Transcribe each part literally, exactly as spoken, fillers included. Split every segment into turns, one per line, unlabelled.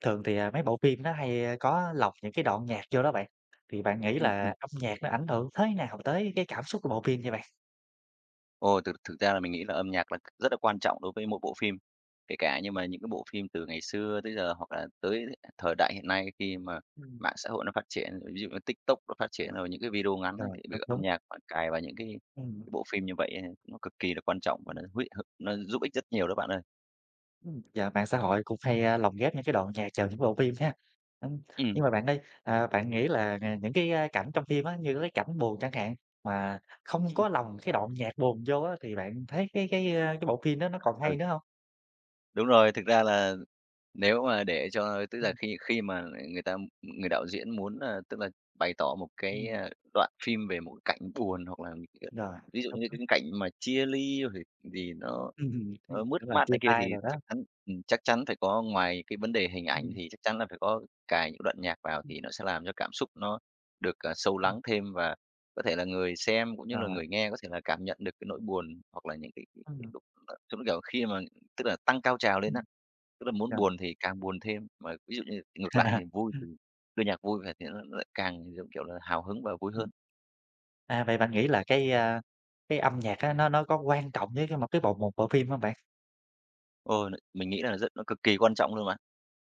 Thường thì, à, mấy bộ phim nó hay, a, có lọc những cái đoạn nhạc vô đó bạn, thì bạn nghĩ
Ừm,
là
ừm.
âm nhạc nó ảnh hưởng thế nào tới cái cảm xúc của bộ phim vậy bạn?
Ồ, thực thực ra là mình nghĩ là âm nhạc là rất là quan trọng đối với mỗi bộ phim, kể cả nhưng mà những cái bộ phim từ ngày xưa tới giờ hoặc là tới thời đại hiện nay khi mà
Ừm.
mạng xã hội nó phát triển, ví dụ như TikTok nó phát
Ờ,
triển rồi những cái video ngắn ấy,
rồi,
thì việc
đúng,
âm
đúng.
nhạc bạn cài vào những cái
Ừm,
cái bộ phim như vậy ấy, nó cực kỳ là quan trọng và
ừm,
nó hữu nó giúp ích rất nhiều đó bạn ơi.
ừm. Giờ mạng xã hội cũng hay, a, lồng ghép những cái đoạn nhạc vào những bộ phim ha. Ừm,
Ừm,
nhưng mà bạn ơi, à, bạn nghĩ là, à, những cái, a, cảnh trong phim á, như cái cảnh buồn chẳng hạn, mà không
ừm.
có lồng cái đoạn nhạc buồn vô á, thì bạn thấy cái cái, a, cái bộ phim đó nó còn hay nữa không?
Đúng rồi, thực ra là nếu mà để cho tức là
Ừm,
khi khi mà người ta người đạo diễn muốn là tức là bày tỏ một cái,
ừm,
a, đoạn phim về một cảnh buồn hoặc là những cái-
rồi,
ví dụ
đúng,
như
đúng.
cái cảnh mà chia ly rồi gì nó,
Ừm,
ờ, mất
tức là
mát
chia
này kia
tay
thì
rồi đó.
chắc chắn ừm, chắc chắn phải có, ngoài cái vấn đề hình
Ừm,
ảnh
ừm,
thì chắc chắn là phải có cài những đoạn nhạc vào
ừm.
thì nó sẽ làm cho cảm xúc nó được, à, sâu lắng thêm, và có thể là người xem cũng như là
Rồi,
người nghe có thể là cảm nhận được cái nỗi buồn hoặc là những cái cái cái
ừm,
lúc, ờ, giống kiểu, khi mà tức là tăng cao trào lên á,
ừm,
tức là muốn
rồi.
buồn thì càng buồn thêm, mà ví dụ như ngược lại thì vui thì đưa nhạc vui về thì nó lại càng, giống kiểu là, hào hứng và vui
Ừm,
hơn.
à, vậy bạn nghĩ là cái, a, cái âm nhạc á, nó nó có quan trọng với cái một cái bộ một bộ phim hông bạn?
Ờ, n mình nghĩ là rất nó cực kỳ quan trọng luôn mà.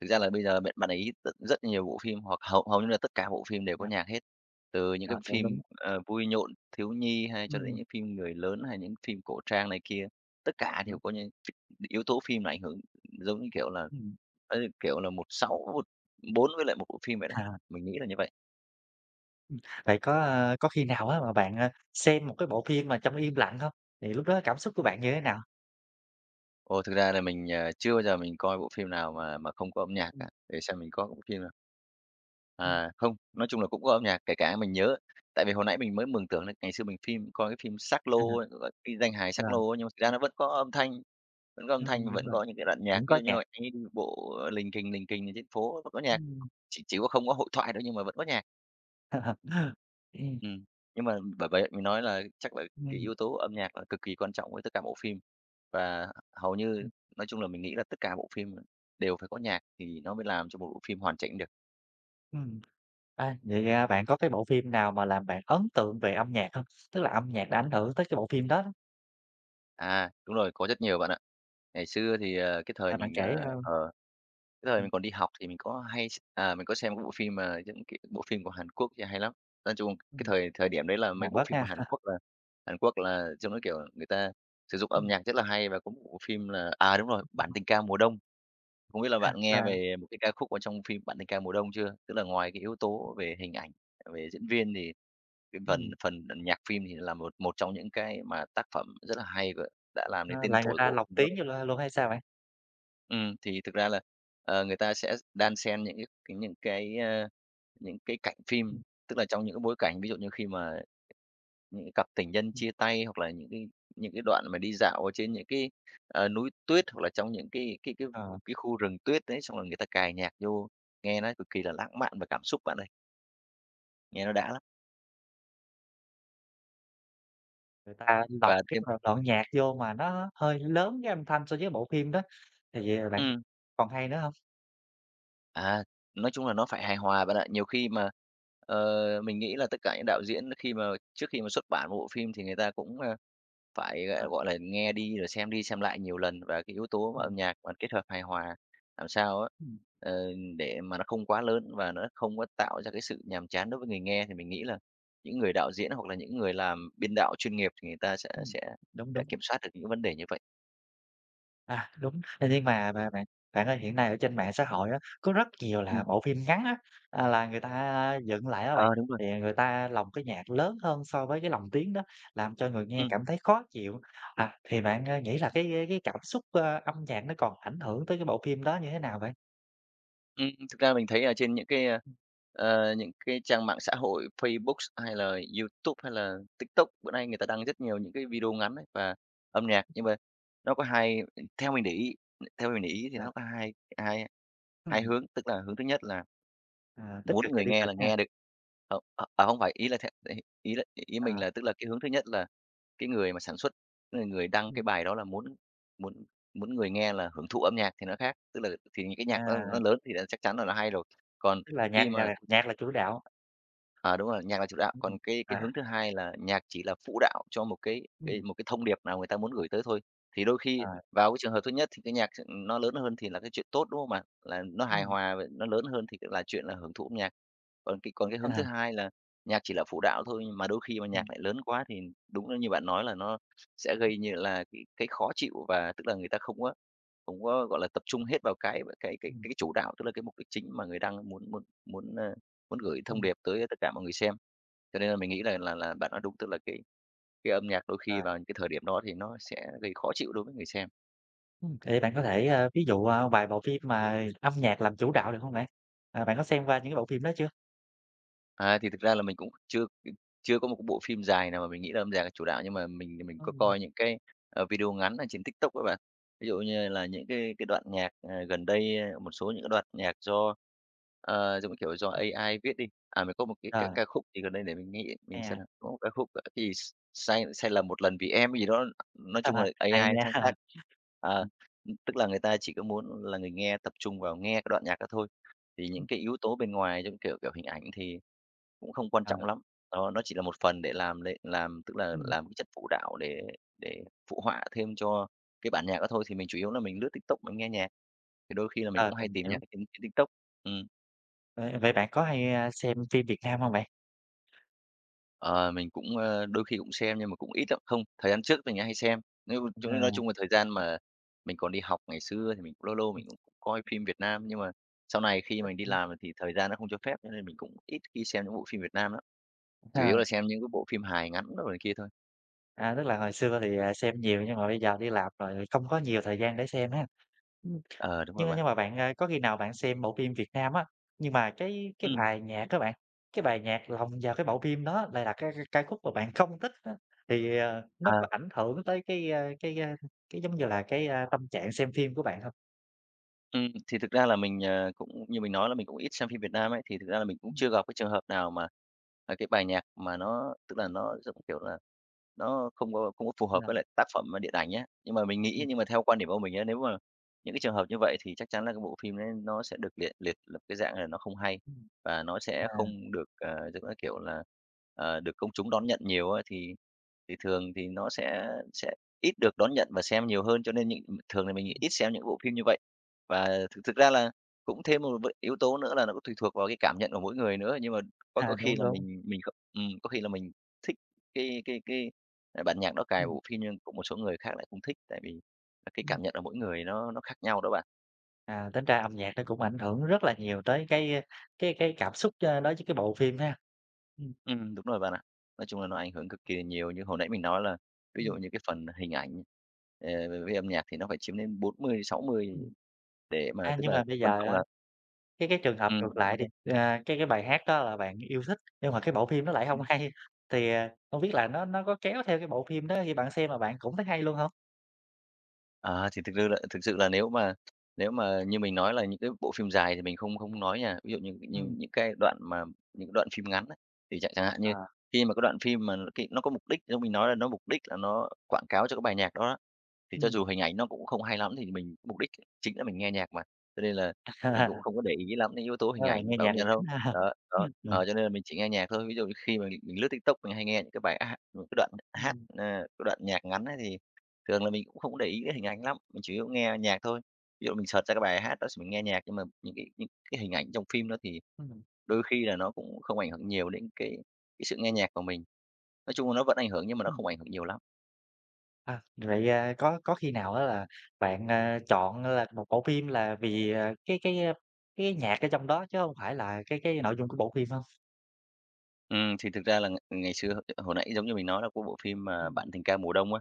Thực ra là bây giờ bạn bạn ấy rất rất nhiều bộ phim hoặc hầu hầu như là tất cả bộ phim đều
Ờ,
có nhạc hết, từ những
ờ,
cái
đúng, đúng.
phim, ờ, vui nhộn, thiếu nhi hay cho đến
Ừm,
những phim người lớn hay những phim cổ trang này kia, tất cả
đúng,
đều có những yếu tố phim là ảnh hưởng, giống như kiểu là,
ừm,
ơ, kiểu là, một sáu một phần tư với lại một bộ phim vậy đó,
à,
mình nghĩ là như vậy.
ừm. Vậy có, a, có khi nào á mà bạn, a, xem một cái bộ phim mà trong im lặng hông? Thì lúc đó cảm xúc của bạn như thế nào?
Ồ, thực ra là mình, ờ, chưa bao giờ mình coi bộ phim nào mà mà không có âm nhạc
Ừm,
cả, để xem mình có bộ phim nào
ừm,
à, không, nói chung là cũng có âm nhạc, kể cả mình nhớ tại vì hồi nãy mình mới mường tượng là ngày xưa mình phim coi cái phim Sắc
à,
Lô, ấy, gọi cái Danh hài Sắc
rồi,
Lô ấy, nhưng mà thực ra nó vẫn có âm thanh, vẫn có âm
ừm,
thanh,
đúng
vẫn
rồi,
có những cái đoạn nhạc.
vẫn
Ví
có
dụ như
nhạc.
hồi nãy đi bộ, ờ, "Lình kình, lình kình" trên phố vẫn có nhạc,
Ừm.
chỉ chỉ có không có hội thoại thôi nhưng mà vẫn có nhạc.
Ừm,
Ừm, nhưng mà bởi vậy mình nói là chắc là cái
ừm,
yếu tố âm nhạc là cực kỳ quan trọng với tất cả bộ phim. Và hầu như
ừm,
nói chung là mình nghĩ là tất cả bộ phim đều phải có nhạc thì nó mới làm cho một bộ phim hoàn chỉnh được.
ừm. À, vậy, à, bạn có cái bộ phim nào mà làm bạn ấn tượng về âm nhạc hông? Tức là âm nhạc đã ảnh hưởng tới cái bộ phim đó đó.
À, đúng rồi, có rất nhiều bạn ạ. Ngày xưa thì, ờ, cái thời
À, bạn
mình,
kể,
ờ,
ơ
ờ, cái thời
ừm,
mình còn đi học thì mình có hay x à, mình có xem cái bộ phim mà những cái bộ phim của Hàn Quốc thì hay lắm. Nói chung cái
ừm,
thời thời điểm đấy là mấy
nặng
bộ
quá
phim
nha.
của Hàn Quốc là Hàn Quốc là trông nó, kiểu, người ta sử dụng âm
Ừm,
nhạc rất là hay và có một bộ phim là à, đúng rồi, Bản tình ca mùa đông. Không biết là bạn nghe
là,
về một cái ca khúc ở trong phim "Bạn tình ca mùa đông" chưa? Tức là ngoài cái yếu tố về hình ảnh, về diễn viên thì cái phần
ừm,
phần nhạc phim thì là một một trong những cái mà tác phẩm rất là hay và đã làm nên
ờ,
tên
là người
tuổi của
ta
bộ
lọc
phim đó.
tiếng vô l luôn hay sao bạn?
Ừm, thì thực ra là, ờ, người ta sẽ đan xen những cái cái những cái, ơ, những cái cảnh phim,
Ừm,
tức là trong những cái bối cảnh, ví dụ như khi mà những cái cặp tình nhân
ừm,
chia tay, hoặc là những cái những cái đoạn mà đi dạo ở trên những cái, ờ, núi tuyết, hoặc là trong những cái cái cái
ờ,
cái khu rừng tuyết đấy, xong rồi người ta cài nhạc vô, nghe nó cực kỳ là lãng mạn và cảm xúc bạn ơi, nghe nó đã lắm.
người ta lọc
Và
cái
thêm
đoạn đoạn nhạc vô mà nó hơi lớn cái âm thanh so với bộ phim đó, thì vậy là bạn
ừm.
còn hay nữa hông?
À, nói chung là nó phải hài hòa bạn ạ. Nhiều khi mà, ờ, mình nghĩ là tất cả những đạo diễn khi mà trước khi mà xuất bản một bộ phim thì người ta cũng, a, phải, g
À,
gọi là, nghe đi rồi xem đi xem lại nhiều lần, và cái yếu tố mà
ừm,
âm nhạc mà kết hợp hài hòa làm sao á,
ừm,
ờ, để mà nó không quá lớn và nó không có tạo ra cái sự nhàm chán đối với người nghe, thì mình nghĩ là những người đạo diễn hoặc là những người làm biên đạo chuyên nghiệp thì người ta sẽ
ừm,
sẽ
đúng,
sẽ
đúng.
kiểm soát được những vấn đề như vậy.
À, đúng. Thế nhưng mà mà bạn bạn ơi, hiện nay ở trên mạng xã hội á, có rất nhiều là
Ừm,
bộ phim ngắn á, à, là người ta dựng lại á bạn,
ờ, đúng rồi.
thì người ta lồng cái nhạc lớn hơn so với cái lồng tiếng đó, làm cho người nghe
Ừm.
cảm thấy khó chịu. À, thì bạn, ơ, nghĩ là cái, ơ, cái cảm xúc, ơ, âm nhạc nó còn ảnh hưởng tới cái bộ phim đó như thế nào vậy?
Ừm, thực ra mình thấy là trên những cái, a,
Ừm,
ờ, những cái trang mạng xã hội Facebook hay là YouTube hay là TikTok, bữa nay người ta đăng rất nhiều những cái video ngắn ấy và âm nhạc, nhưng mà nó có hai, theo mình để ý theo mình để ý thì
ờ,
nó có hai hai hai
ừm,
hướng. Tức là hướng thứ nhất là
à, tích
muốn
cực và
người
tiêu
nghe
cực
là
nha.
nghe được ờ, ờ, à, không phải, ý là thế ý ý là ý mình
À,
là tức là cái hướng thứ nhất là cái người mà sản xuất, tức là người đăng cái
ừm,
bài đó là muốn muốn muốn người nghe là hưởng thụ âm nhạc thì nó khác, tức là thì những cái nhạc đó
à,
nó lớn thì là chắc chắn là nó hay rồi. Còn
tức là nhạc
khi mà
nhạc nhạc là chủ đạo.
À, đúng rồi, nhạc là chủ đạo,
Ừm,
còn cái cái
à,
hướng thứ hai là nhạc chỉ là phụ đạo cho một cái cái
ừm,
một cái thông điệp nào người ta muốn gửi tới thôi. Thì đôi khi
rồi,
vào cái trường hợp thứ nhất thì cái nhạc nó lớn hơn thì là cái chuyện tốt, đúng không bạn? Là nó hài
ừm,
hòa và nó lớn hơn thì là chuyện là hưởng thụ âm nhạc. Còn cái còn cái hướng thứ
à,
hai là nhạc chỉ là phụ đạo thôi, nhưng mà đôi khi mà nhạc
ừm,
lại lớn quá thì đúng là như bạn nói là nó sẽ gây như là cái cái khó chịu, và tức là người ta không có không có, gọi là, tập trung hết vào cái cái cái
ừm,
cái chủ đạo, tức là cái mục đích chính mà người đang muốn muốn muốn, ờ, muốn gửi thông
ừm.
điệp tới tất cả mọi người xem. Cho nên là mình nghĩ là là là bạn nói đúng, tức là cái cái âm nhạc đôi khi vào những cái thời điểm đó thì nó sẽ gây khó chịu đối với người xem.
Ừm, vậy bạn có thể, a, ví dụ, a, vài bộ phim mà âm nhạc làm chủ đạo được không bạn? À, bạn có xem qua những cái bộ phim đó chưa?
À, thì thực ra là mình cũng chưa chưa có một cái bộ phim dài nào mà mình nghĩ là âm nhạc là chủ đạo, nhưng mà mình mình có
Ừm.
coi những cái, ờ, video ngắn ở trên TikTok các bạn. Ví dụ như là những cái cái đoạn nhạc, ờ, gần đây, a, một số những cái đoạn nhạc do, ờ, giống như kiểu, do A I viết đi. À, mình có một cái ca
Ờ,
ca khúc thì gần đây để mình nghĩ
hay
mình xem
ha.
nào, có một ca khúc, ờ, cái gì sai sai lầm một lần vì em" cái gì đó, nói chung là A I
Hay
nó sáng tác.
nha.
Ờ,
Ừm,
tức là người ta chỉ có muốn là người nghe tập trung vào nghe cái đoạn nhạc đó thôi, thì những
ừm,
cái yếu tố bên ngoài giống, kiểu kiểu, hình ảnh thì cũng không quan
ờ,
trọng lắm, đó, nó chỉ là một phần để làm lệ làm tức là
ừm.
làm cái chất phụ đạo để để phụ họa thêm cho cái bản nhạc đó thôi, thì mình chủ yếu là mình lướt TikTok mình nghe nhạc. Thì đôi khi là mình
Ờ,
cũng hay
mình
tìm nhạc
hiểu.
trên trên TikTok. Ừm,
Vậy vậy bạn có hay, a, xem phim Việt Nam hông bạn?
ờ, mình cũng, ơ, đôi khi cũng xem nhưng mà cũng ít lắm. Không, thời gian trước mình hay xem, nếu ch nói
Ờ,
chung là thời gian mà mình còn đi học ngày xưa thì mình cũng lâu lâu
ừm,
mình cũng coi phim Việt Nam, nhưng mà sau này khi mình đi
ừm,
làm thì thời gian nó không cho phép, cho nên mình cũng ít khi xem những bộ phim Việt Nam lắm, chủ yếu
ờ.
là xem những cái bộ phim hài ngắn đồ này kia thôi.
À, tức là hồi xưa thì, à, xem nhiều nhưng mà bây giờ đi làm rồi không có nhiều thời gian để xem ha. Ừm,
Ờ, đúng rồi
nhưng mà
bạn.
nhưng mà bạn, à, có khi nào bạn xem bộ phim Việt Nam á, nhưng mà cái cái
Ừm.
bài nhạc á bạn, cái bài nhạc lồng vào cái bộ phim đó lại là cái cái ca khúc mà bạn không thích á, thì, ờ, nó
À,
có ảnh hưởng tới cái, a, cái, a, cái, giống như là, cái, a, tâm trạng xem phim của bạn hông?
ừm, thì thực ra là mình, ờ, cũng như mình nói là mình cũng ít xem phim Việt Nam ấy, thì thực ra là mình cũng
Ừm,
chưa gặp cái trường hợp nào mà, à, cái bài nhạc mà nó tức là nó giống kiểu là nó không có không có phù hợp
là
với lại tác phẩm, à, điện ảnh nhé. Nhưng mà mình nghĩ,
ừm,
nhưng mà theo quan điểm của mình á, nếu mà những cái trường hợp như vậy thì chắc chắn là cái bộ phim đấy nó sẽ được liệt liệt là cái dạng là nó không hay
ừm,
và nó sẽ
à,
không được, ờ, giống như kiểu là, ờ, được công chúng đón nhận nhiều á, thì thì thường thì nó sẽ sẽ ít được đón nhận và xem nhiều hơn, cho nên những thường là mình ít xem những bộ phim như vậy. Và thực thực ra là cũng thêm một v yếu tố nữa là nó cũng tùy thuộc vào cái cảm nhận của mỗi người nữa, nhưng mà có có
à,
khi
đúng,
là
đúng,
mình mình không, ừm, có khi là mình thích cái cái cái, à, bản nhạc đó cài vào
ừm,
bộ phim, nhưng cũng một số người khác lại không thích, tại vì là cái
ừm,
cảm nhận của mỗi người nó nó khác nhau đó bạn.
à, tính ra âm nhạc nó cũng ảnh hưởng rất là nhiều tới cái, a, cái cái cảm xúc, a, đối với cái bộ phim ha. Ừm,
Ừm, đúng rồi bạn ạ. Nói chung là nó ảnh hưởng cực kỳ nhiều, như hồi nãy mình nói là ví dụ
ừm.
như cái phần hình ảnh, ờ, với âm nhạc thì nó phải chiếm đến bốn mươi sáu mươi
Ừm.
để mà
A,
tức
nhưng
là
mà bây
quan
giờ
trọng
á,
là
cái cái trường hợp
ừm,
ngược
bạn
lại
nói.
đi, à, cái cái bài hát đó là bạn yêu thích, nhưng mà cái bộ phim nó lại hông hay, thì, à, hông biết là nó nó có kéo theo cái bộ phim đó khi bạn xem mà bạn cũng thấy hay luôn hông?
À, thì thực sự là thực sự là nếu mà nếu mà như mình nói là những cái bộ phim dài thì mình không không nói nha. Ví dụ như như
Ừm,
những cái đoạn mà những đoạn phim ngắn ấy, thì chẳng chẳng hạn như
à,
khi mà cái đoạn phim mà nó cái nó có mục đích, giống mình nói là nó mục đích là nó quảng cáo cho cái bài nhạc đó đó, thì cho
ừm,
dù hình ảnh nó cũng không hay lắm thì mình mục đích chính là mình nghe nhạc mà, cho nên là mình cũng
à,
không có để ý lắm đến yếu tố hình
đó là
ảnh,
nghe
bạn
nhạc
công
là
nhận
chính
không?
ha.
Đó, đó,
Ừm,
ờ, cho nên là mình chỉ nghe nhạc thôi. Ví dụ như khi mà mình mình lướt TikTok mình hay nghe những cái bài hát những cái đoạn hát,
ừm,
a, cái đoạn nhạc ngắn ấy thì thường là mình cũng không để ý cái hình ảnh lắm, mình chủ yếu nghe nhạc thôi. Ví dụ mình search ra cái bài hát đó thì mình nghe nhạc, nhưng mà những cái những cái hình ảnh trong phim đó thì
ừm,
đôi khi là nó cũng không ảnh hưởng nhiều đến cái cái sự nghe nhạc của mình. Nói chung là nó vẫn ảnh hưởng nhưng mà nó
ừm.
không ảnh hưởng nhiều lắm.
À, vậy, à, có có khi nào á là bạn, à, chọn là một bộ phim là vì, à, cái cái, a, cái nhạc ở trong đó chứ hông phải là cái cái nội dung của bộ phim hông?
Ừ, thì thực ra là ng ngày xưa hồi nãy giống như mình nói là có bộ phim mà
Ừm,
Bạn Tình Ca Mùa Đông á,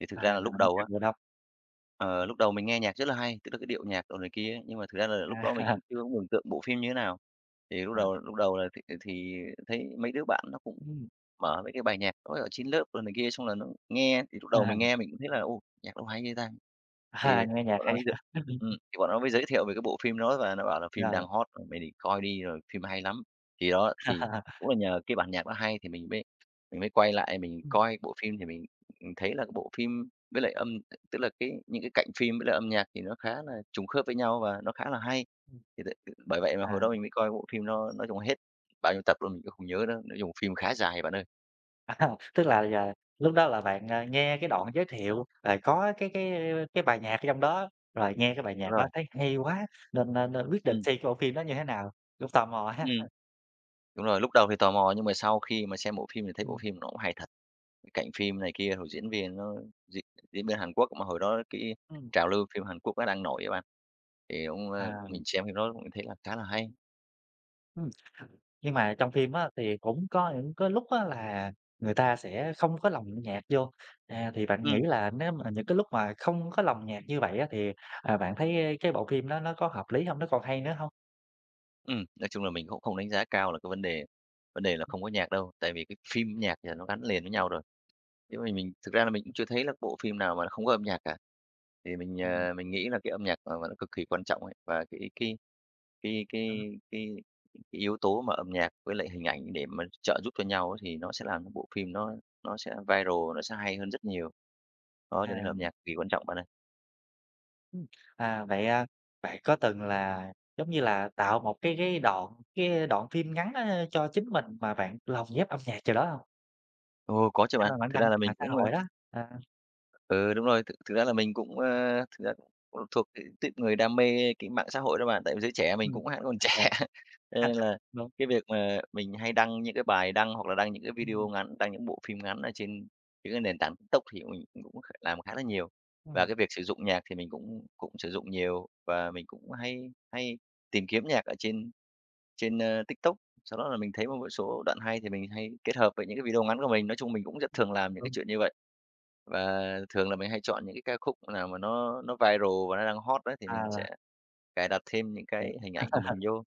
thì thực
à,
ra là
là
lúc
bạn nghe
đầu á.
nhạc mùa đông,
Ờ, lúc đầu mình nghe nhạc rất là hay, tức là cái điệu nhạc đồ này kia ấy, nhưng mà thực ra là lúc đó mình
à,
cũng chưa có mường tượng bộ phim như thế nào. Thì lúc
à,
đầu lúc đầu là thì thì thấy mấy đứa bạn nó cũng
ừm,
mở mấy cái bài nhạc nó ở trên lớp rồi này kia, xong là nó nghe, thì lúc đầu
à.
mình nghe mình cũng thấy là "Ô, nhạc đâu hay như ta."
À,
Thì
nghe nhạc
bọn nó
hay.
mới giới ừm, thì bọn nó mới giới thiệu về cái bộ phim đó và nó bảo là phim
Rồi.
đang hot, rồi "Mày đi coi đi, rồi phim hay lắm." Thì đó, thì cũng là nhờ cái bản nhạc nó hay thì mình mới mình mới quay lại mình
Ừm,
coi bộ phim thì mình, ừm, thấy là cái bộ phim với lại âm tức là cái những cái cạnh phim với lại âm nhạc thì nó khá là trùng khớp với nhau và nó khá là hay.
ừm,
Thì tại Bởi vậy mà
à,
hồi đó mình mới coi bộ phim nó nói chung hết bao nhiêu tập luôn mình cũng không nhớ nữa, nói chung phim khá dài bạn ơi.
tức là giờ lúc đó là bạn, à, nghe cái đoạn giới thiệu, rồi có cái cái cái bài nhạc ở trong đó, rồi nghe cái bài nhạc
Đúng
đó
rồi,
thấy hay quá nên nên nên quyết định
ừm,
xem cái bộ phim đó như thế nào, cũng tò mò ha.
ừm, đúng rồi, lúc đầu thì tò mò nhưng mà sau khi mà xem bộ phim thì thấy bộ
Ừm,
phim nó cũng hay thật, cái cảnh phim này kia, rồi diễn viên nó diễn diễn viên Hàn Quốc mà hồi đó cái
ừm,
trào lưu phim Hàn Quốc nó đang nổi á bạn, thì cũng, ơ,
à,
mình xem phim đó cũng thấy là khá là hay.
ừm, nhưng mà trong phim á thì cũng có những cái lúc á là người ta sẽ không có lồng nhạc vô, à, thì bạn nghĩ
Ừm.
là nếu mà những cái lúc mà không có lồng nhạc như vậy á thì, à, bạn thấy cái bộ phim đó nó có hợp lý không, nó còn hay nữa không?
Ừm, nói chung là mình cũng không đánh giá cao là cái vấn đề vấn đề là không có nhạc đâu, tại vì cái phim nhạc là nó gắn liền với nhau rồi. Chứ mà mình thực ra là mình cũng chưa thấy là bộ phim nào mà không có âm nhạc cả. Thì mình, ờ, mình nghĩ là cái âm nhạc mà mà nó cực kỳ quan trọng ấy, và cái cái cái cái cái cái yếu tố mà âm nhạc với lại hình ảnh để mà trợ giúp cho nhau ấy, thì nó sẽ làm cho bộ phim nó nó sẽ viral, nó sẽ hay hơn rất nhiều. Đó, cho nên
À,
là âm nhạc cực kỳ quan trọng bạn ơi.
ừm, à, vậy, a, bạn có từng là, giống như là, tạo một cái cái đoạn cái đoạn phim ngắn, a, cho chính mình mà bạn lồng ghép âm nhạc vào đó hông?
Ồ, có chứ
Để
bạn.
mà bạn
Thực
đăng
ra là
trên
mình
mạng xã
cũng
hội đó, à,
Ừ, đúng rồi. Thực thực ra là mình cũng, ơ, thực ra cũng thuộc cái tuýp người đam mê cái mạng xã hội đó bạn, tại vì giới trẻ mình
ừm,
cũng hẵng còn
ô
trẻ,
kê,
cho nên là
đúng,
cái việc mà mình hay đăng những cái bài đăng hoặc là đăng những cái
ừm,
video ngắn, đăng những bộ phim ngắn ở trên những cái nền tảng TikTok thì mình cũng kh làm khá là nhiều. Và
ừm,
cái việc sử dụng nhạc thì mình cũng cũng sử dụng nhiều và mình cũng hay hay tìm kiếm nhạc ở trên trên, ơ, TikTok, sau đó là mình thấy một số đoạn hay thì mình hay kết hợp với những cái video ngắn của mình. Nói chung mình cũng rất thường làm những cái
đúng,
chuyện như vậy. Và thường là mình hay chọn những cái ca khúc nào mà nó nó viral và nó đang hot đấy thì mình
à,
sẽ cài đặt thêm những
hiểu,
cái hình ảnh của mình vô.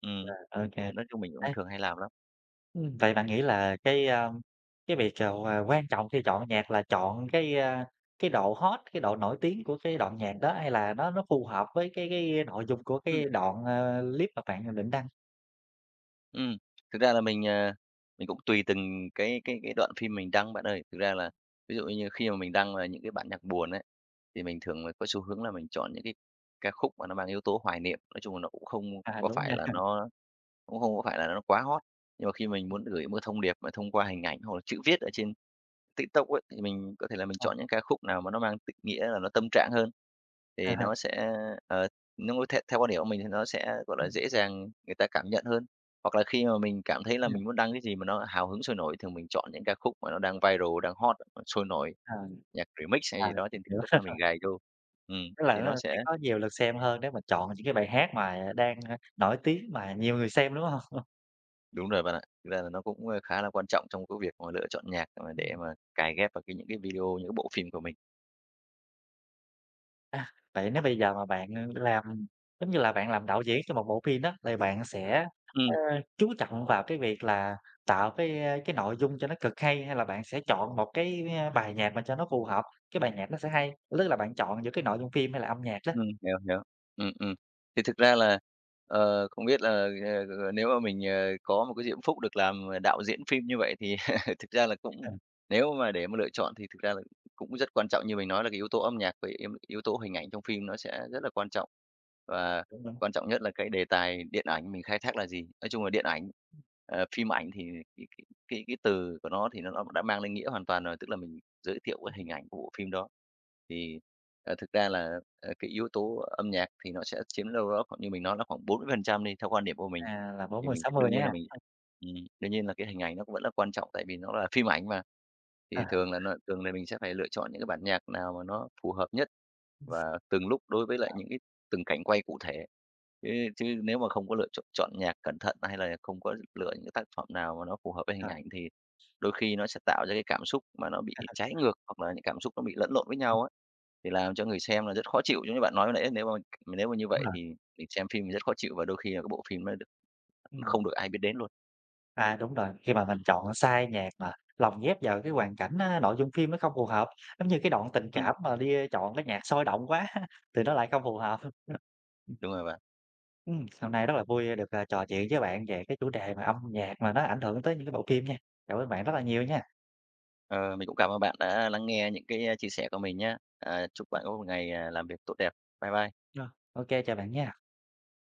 Ừm,
ô kê.
nói chung mình cũng
Ê
thường hay làm lắm.
ừm, vậy bạn nghĩ là cái, a, cái việc, ờ, ờ, quan trọng khi chọn nhạc là chọn cái, a, cái độ hot, cái độ nổi tiếng của cái đoạn nhạc đó, hay là nó nó phù hợp với cái cái nội dung của
Ừm.
cái đoạn, ờ, clip mà bạn định đăng?
Ừm, thực ra là mình, ờ, mình cũng tùy từng cái cái cái đoạn phim mình đăng bạn ơi. Thực ra là ví dụ như khi mà mình đăng là những cái bản nhạc buồn ấy, thì mình thường là có xu hướng là mình chọn những cái ca khúc mà nó mang yếu tố hoài niệm, nói chung là nó cũng không
À,
có
đúng
phải là
ha.
nó cũng không có phải là nó quá hot. Nhưng mà khi mình muốn gửi một cái thông điệp mà thông qua hình ảnh hoặc là chữ viết ở trên TikTok ấy, thì mình có thể là mình
Ờ,
chọn những ca khúc nào mà nó mang định nghĩa là nó tâm trạng hơn,
à
thì nó sẽ, ờ, nó theo theo quan điểm của mình thì nó sẽ, gọi là,
ừm,
dễ dàng người ta cảm nhận hơn. Hoặc là khi mà mình cảm
đúng
thấy là
nha.
mình muốn đăng cái gì mà nó hào hứng sôi nổi, thì mình chọn những ca khúc mà nó đang viral, đang hot, sôi nổi,
Ờ,
nhạc remix hay
à,
gì đó
mình
trên
hiểu.
TikTok là mình gài vô. Ừm,
Tức là
thì
nó
nó
sẽ
sẽ
có nhiều lượt xem hơn nếu mà chọn những cái bài hát mà đang, ờ, nổi tiếng mà nhiều người xem, đúng không?
Đúng rồi bạn ạ. Thực ra là nó cũng, ơ, khá là quan trọng trong cái việc mà lựa chọn nhạc mà để mà cài ghép vào cái những cái video, những cái bộ phim của mình.
À, vậy nếu bây giờ mà bạn, làm giống như là bạn làm đạo diễn cho một bộ phim đó, thì bạn sẽ, ơ,
Ừm.
chú trọng vào cái việc là tạo cái, ơ, cái nội dung cho nó cực hay, hay là bạn sẽ chọn một cái, a, bài nhạc mà cho nó phù hợp, cái bài nhạc nó sẽ hay? Tức là bạn chọn giữa cái nội dung phim hay là âm nhạc đó?
Ừm, hiểu, hiểu. Ừm, ừm. Thì thực ra là, ờ, không biết là, ờ, ờ, nếu mà mình, ờ, có một cái diễm phúc được làm, ờ, đạo diễn phim như vậy thì thực ra là cũng
Ừ,
nếu mà để mà lựa chọn thì thực ra là cũng rất quan trọng, như mình nói là cái yếu tố âm nhạc với yếu yếu tố hình ảnh trong phim nó sẽ rất là quan trọng. Và
đúng, đúng,
quan trọng nhất là cái đề tài điện ảnh mình khai thác là gì? Nói chung là điện ảnh, ờ, phim ảnh thì cái cái cái cái từ của nó thì nó nó đã mang lên nghĩa hoàn toàn rồi, tức là mình giới thiệu cái hình ảnh của bộ phim đó. Thì, ờ, thực ra là, ờ, cái yếu tố âm nhạc thì nó sẽ chiếm đâu đó khoảng như mình nói là khoảng bốn mươi phần trăm đi, theo quan điểm của mình.
à, là 40
Thì mình
mươi
đương nhiên
nhá.
là mình ừm, đương nhiên là cái hình ảnh nó cũng vẫn là quan trọng tại vì nó là phim ảnh mà.
Ờ,
Thì thường là nó thường là mình sẽ phải lựa chọn những cái bản nhạc nào mà nó phù hợp nhất và từng lúc đối với lại những cái từng cảnh quay cụ thể. Chứ chứ nếu mà không có lựa chọn chọn nhạc cẩn thận hay là không có lựa những cái tác phẩm nào mà nó phù hợp với hình
ờ,
ảnh thì đôi khi nó sẽ tạo ra cái cảm xúc mà nó bị trái ngược hoặc là những cảm xúc nó bị lẫn lộn với nhau ấy, thì làm cho người xem là rất khó chịu, giống như bạn nói vừa nãy, nếu mà nếu mà như
đúng
vậy
rồi,
thì thì xem phim thì rất khó chịu và đôi khi là cái bộ phim nó được
ừm,
không được ai biết đến luôn.
à, đúng rồi, khi mà mình chọn sai nhạc mà lồng ghép vào cái hoàn cảnh á, nội dung phim nó không phù hợp, giống như cái đoạn tình
Ừm,
cảm mà đi chọn cái nhạc sôi động quá thì nó lại không phù hợp. Ừm,
đúng rồi bạn.
hôm nay rất là vui được, à, trò chuyện với bạn về cái chủ đề mà âm nhạc mà nó ảnh hưởng tới những cái bộ phim nha. Cảm ơn bạn rất là nhiều nha.
Ờ, mình cũng cảm ơn bạn đã lắng nghe những cái, chia sẻ của mình nhé. À, chúc bạn có một ngày, à, làm việc tốt đẹp. Bye bye.
Ờ. Ô chào bạn nha.